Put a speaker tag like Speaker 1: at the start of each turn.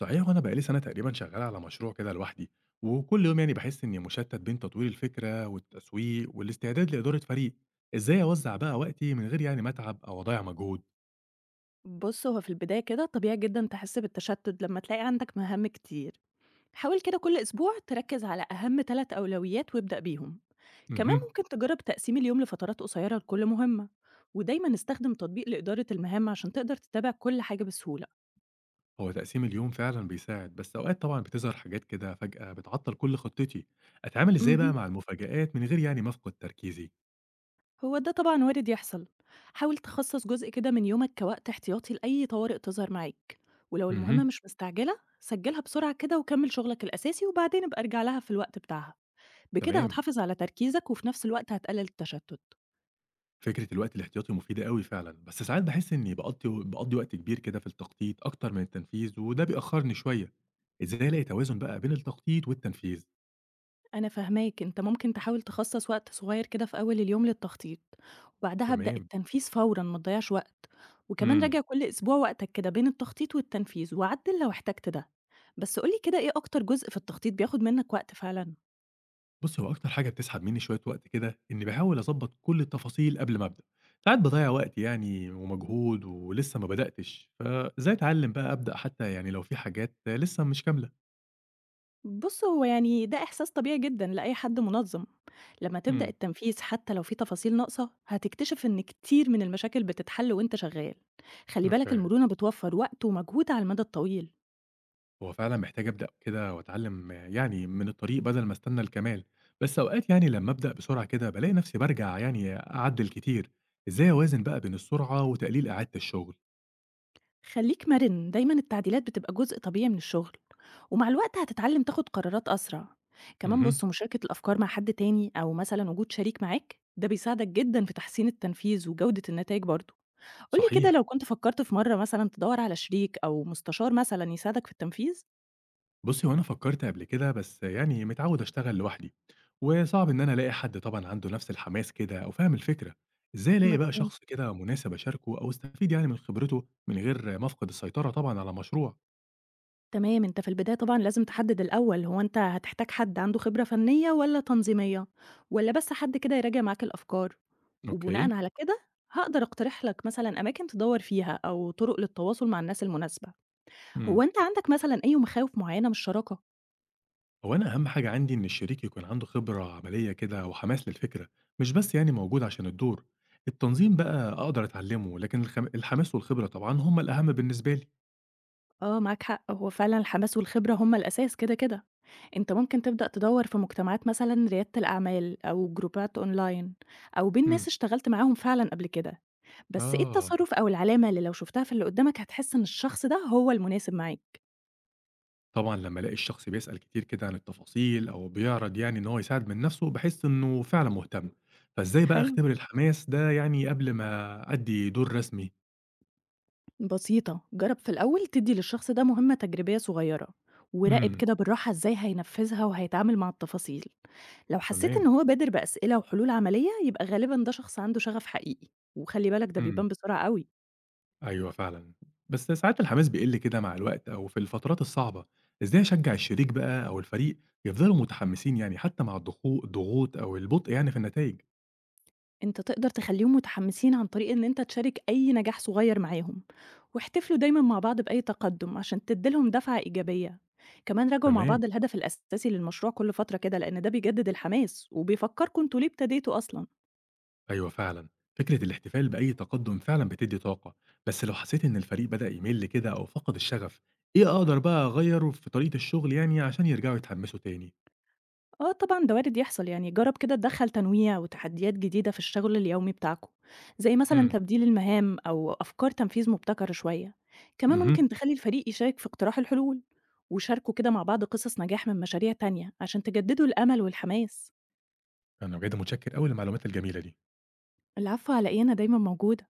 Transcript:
Speaker 1: صحيح، وانا بقالي سنه تقريبا شغال على مشروع كده لوحدي. وكل يوم يعني بحس اني مشتت بين تطوير الفكره والتسويق والاستعداد لاداره فريق. ازاي اوزع بقى وقتي من غير يعني ما اتعب او اضيع مجهود؟
Speaker 2: بُص، هو في البداية كده طبيعي جدًا تحس بالتشتت لمّا تلاقي عندك مهام كتير، حاول كده كل أسبوع تركز على أهم 3 أولويات وابدأ بيهم، كمان
Speaker 1: اها.
Speaker 2: ممكن تجرب تقسيم اليوم لفترات قصيرة لكل مهمة، ودايمًا استخدم تطبيق لإدارة المهام عشان تقدر تتابع كل حاجة بسهولة.
Speaker 1: هو تقسيم اليوم فعلا بيساعد بس اوقات طبعا بتظهر حاجات كده فجاه بتعطل كل خطتي. اتعامل ازاي بقى
Speaker 2: اهم،
Speaker 1: مع المفاجآت من غير يعني ما افقد تركيزي؟
Speaker 2: هو ده طبعًا وارد يحصل، حاول تخصص جزء كده من يومك كوقت احتياطي لأي طوارئ تظهر معاك، ولو
Speaker 1: اها.
Speaker 2: المهمة مش مستعجلة سجلها بسرعة كده وكمل شغلك الأساسي وبعدين ابقى ارجع لها في الوقت بتاعها. بكده
Speaker 1: تمام.
Speaker 2: هتحافظ على تركيزك وفي نفس الوقت هتقلل التشتت.
Speaker 1: فكرة الوقت الاحتياطي مفيدة أوي فعلًا، بس ساعات باحس إني باقضّي وقت كبير كده في التخطيط أكتر من التنفيذ وده بيأخّرني شوية، إزاي ألاقي توازن بقى بين التخطيط والتنفيذ؟
Speaker 2: أنا فهماك، أنت ممكن تحاول تخصص وقت صغير كده في أول اليوم للتخطيط وبعدها ابدأ
Speaker 1: تمام.
Speaker 2: التنفيذ فورا ما تضيعش وقت. وكمان
Speaker 1: إمم.
Speaker 2: راجع كل أسبوع وقتك كده بين التخطيط والتنفيذ وعدل لو احتجت ده. بس قولي كده إيه أكتر جزء في التخطيط بياخد منك وقت فعلا؟
Speaker 1: بُصّ، هو أكتر حاجة بتسحب منّي شوية وقت كده إني باحاول أضبّط كل التفاصيل قبل ما أبدأ، ساعات باضيّع وقت يعني ومجهود ولسه ما بدأتش، فإزاي أتعلّم بقى أبدأ حتى يعني لو في حاجات لسه مش كاملة؟
Speaker 2: بُص، هو يعني ده إحساس طبيعي جدًا لأي حد منظَّم. لمّا تبدأ
Speaker 1: إمم.
Speaker 2: التنفيذ حتى لو في تفاصيل ناقصة، هتكتشف إن كتير من المشاكل بتتحل وأنت شغّال. خلّي بالك
Speaker 1: أوكي.
Speaker 2: المرونة بتوفّر وقت ومجهود على المدى الطويل.
Speaker 1: هو فعلًا محتاج أبدأ كده وأتعلّم يعني من الطريق بدل ما أستنى الكمال، بس أوقات يعني لمّا أبدأ بسرعة كده بالاقي نفسي بارجع يعني أعدّل كتير، إزاي أوازن بقى بين السرعة وتقليل إعادة الشغل؟
Speaker 2: خلّيك مرِن، دايمًا التعديلات بتبقى جزء طبيعي من الشغل، ومع الوقت هتتعلّم تاخد قرارات أسرع. كمان
Speaker 1: اهم.
Speaker 2: بُص، مشاركة الأفكار مع حد تاني أو مثلًا وجود شريك معاك، ده بيساعدك جدًا في تحسين التنفيذ وجودة النتايج برضه. قُل لي كده
Speaker 1: صحيح.
Speaker 2: لو كنت فكّرت في مرّة مثلًا تدوّر على شريك أو مستشار مثلًا يساعدك في التنفيذ؟
Speaker 1: بُصّي هو أنا فكّرت قبل كده بس يعني متعوّد أشتغل لوحدي، وصعب إن أنا ألاقي حد طبعًا عنده نفس الحماس كده أو فاهم الفكرة، إزاي ألاقي بقى
Speaker 2: مفهوم.
Speaker 1: شخص كده مناسب أشاركه أو أستفيد يعني من خبرته من غير ما أفقد السيطرة طبعًا على مشروع؟
Speaker 2: تمام، أنت في البداية طبعًا لازم تحدد الأول هو أنت هتحتاج حد عنده خبرة فنية والّا تنظيمية، والّا بس حد كده يراجع معاك الأفكار، وبناءً
Speaker 1: أوكي.
Speaker 2: على كده هاقدر أقترح لك مثلًا أماكن تدوّر فيها أو طُرق للتواصل مع الناس المناسبة.
Speaker 1: إمم.
Speaker 2: هو أنت عندك مثلًا أي مخاوف معيّنة من الشراكة؟
Speaker 1: هو أنا أهم حاجة عندي إن الشريك يكون عنده خبرة عملية كده وحماس للفكرة، مش بس يعني موجود عشان الدور. التنظيم بقى أقدر أتعلمه، لكن الحماس والخبرة طبعًا هما الأهم بالنسبة لي.
Speaker 2: آه، معاك حق، هو فعلًا الحماس والخبرة هُم الأساس كده، كده. أنت ممكن تبدأ تدوّر في مجتمعات مثلًا ريادة الأعمال أو جروبات أونلاين أو بين ناس
Speaker 1: امم.
Speaker 2: اشتغلت معاهم فعلًا قبل كده، بس إيه
Speaker 1: آه.
Speaker 2: التصرُّف أو العلامة اللي لو شُفتها في اللي قُدّامك هتحس إن الشخص ده هو المناسب معاك؟
Speaker 1: طبعًا لما ألاقي الشخص بيسأل كتير كده عن التفاصيل أو بيعرض يعني إن هو يساعد من نفسه بحس إنه فعلًا مهتم. فإزاي بقى
Speaker 2: حلو،
Speaker 1: أختبر الحماس ده يعني قبل ما أدي دور رسمي؟
Speaker 2: بسيطة، جرّب في الأول تدّي للشخص ده مهمة تجريبية صغيرة، وراقب
Speaker 1: امم.
Speaker 2: كده بالراحة إزاي هينفّذها وهيتعامل مع التفاصيل. لو حسّيت إن
Speaker 1: تمام.
Speaker 2: هو بادر بأسئلة وحلول عملية، يبقى غالبًا ده شخص عنده شغف حقيقي، وخلّي بالك ده
Speaker 1: امم.
Speaker 2: بيبان بسرعة أوي.
Speaker 1: أيوه فعلًا، بس ساعات الحماس بيقل كده مع الوقت أو في الفترات الصعبة، إزاي أشجّع الشريك بقى أو الفريق يفضلوا متحمسين يعني حتى مع الضغوط أو البطء يعني في النتايج؟
Speaker 2: أنت تقدر تخلّيهم متحمّسين عن طريق إن أنت تشارك أي نجاح صغير معاهم، واحتفلوا دايمًا مع بعض بأي تقدُّم عشان تدّي لهم دفعة إيجابية، كمان راجعوا مع
Speaker 1: تمام،
Speaker 2: بعض الهدف الأساسي للمشروع كل فترة كده لإن ده بيجدد الحماس، وبيفكّركم أنتم ليه ابتديتوا أصلًا.
Speaker 1: أيوه فعلًا، فكرة الاحتفال بأي تقدم فعلًا بتدّي طاقة، بس لو حسيت إن الفريق بدأ يمل كده أو فقد الشغف، إيه أقدر بقى أغيّره في طريقة الشغل يعني عشان يرجعوا يتحمسوا تاني؟
Speaker 2: آه طبعًا ده وارد يحصل، يعني جرّب كده تدخّل تنويع وتحديات جديدة في الشغل اليومي بتاعكم، زي مثلًا
Speaker 1: إمم.
Speaker 2: تبديل المهام أو أفكار تنفيذ مبتكرة شوية، كمان ممكن
Speaker 1: اهم.
Speaker 2: تخلّي الفريق يشارك في اقتراح الحلول، وشاركوا كده مع بعض قصص نجاح من مشاريع تانية عشان تجددوا الأمل والحماس.
Speaker 1: أنا بجد متشكر أوي للمعلومات الجميلة دي.
Speaker 2: العفو على إيه، أنا دايمًا موجودة.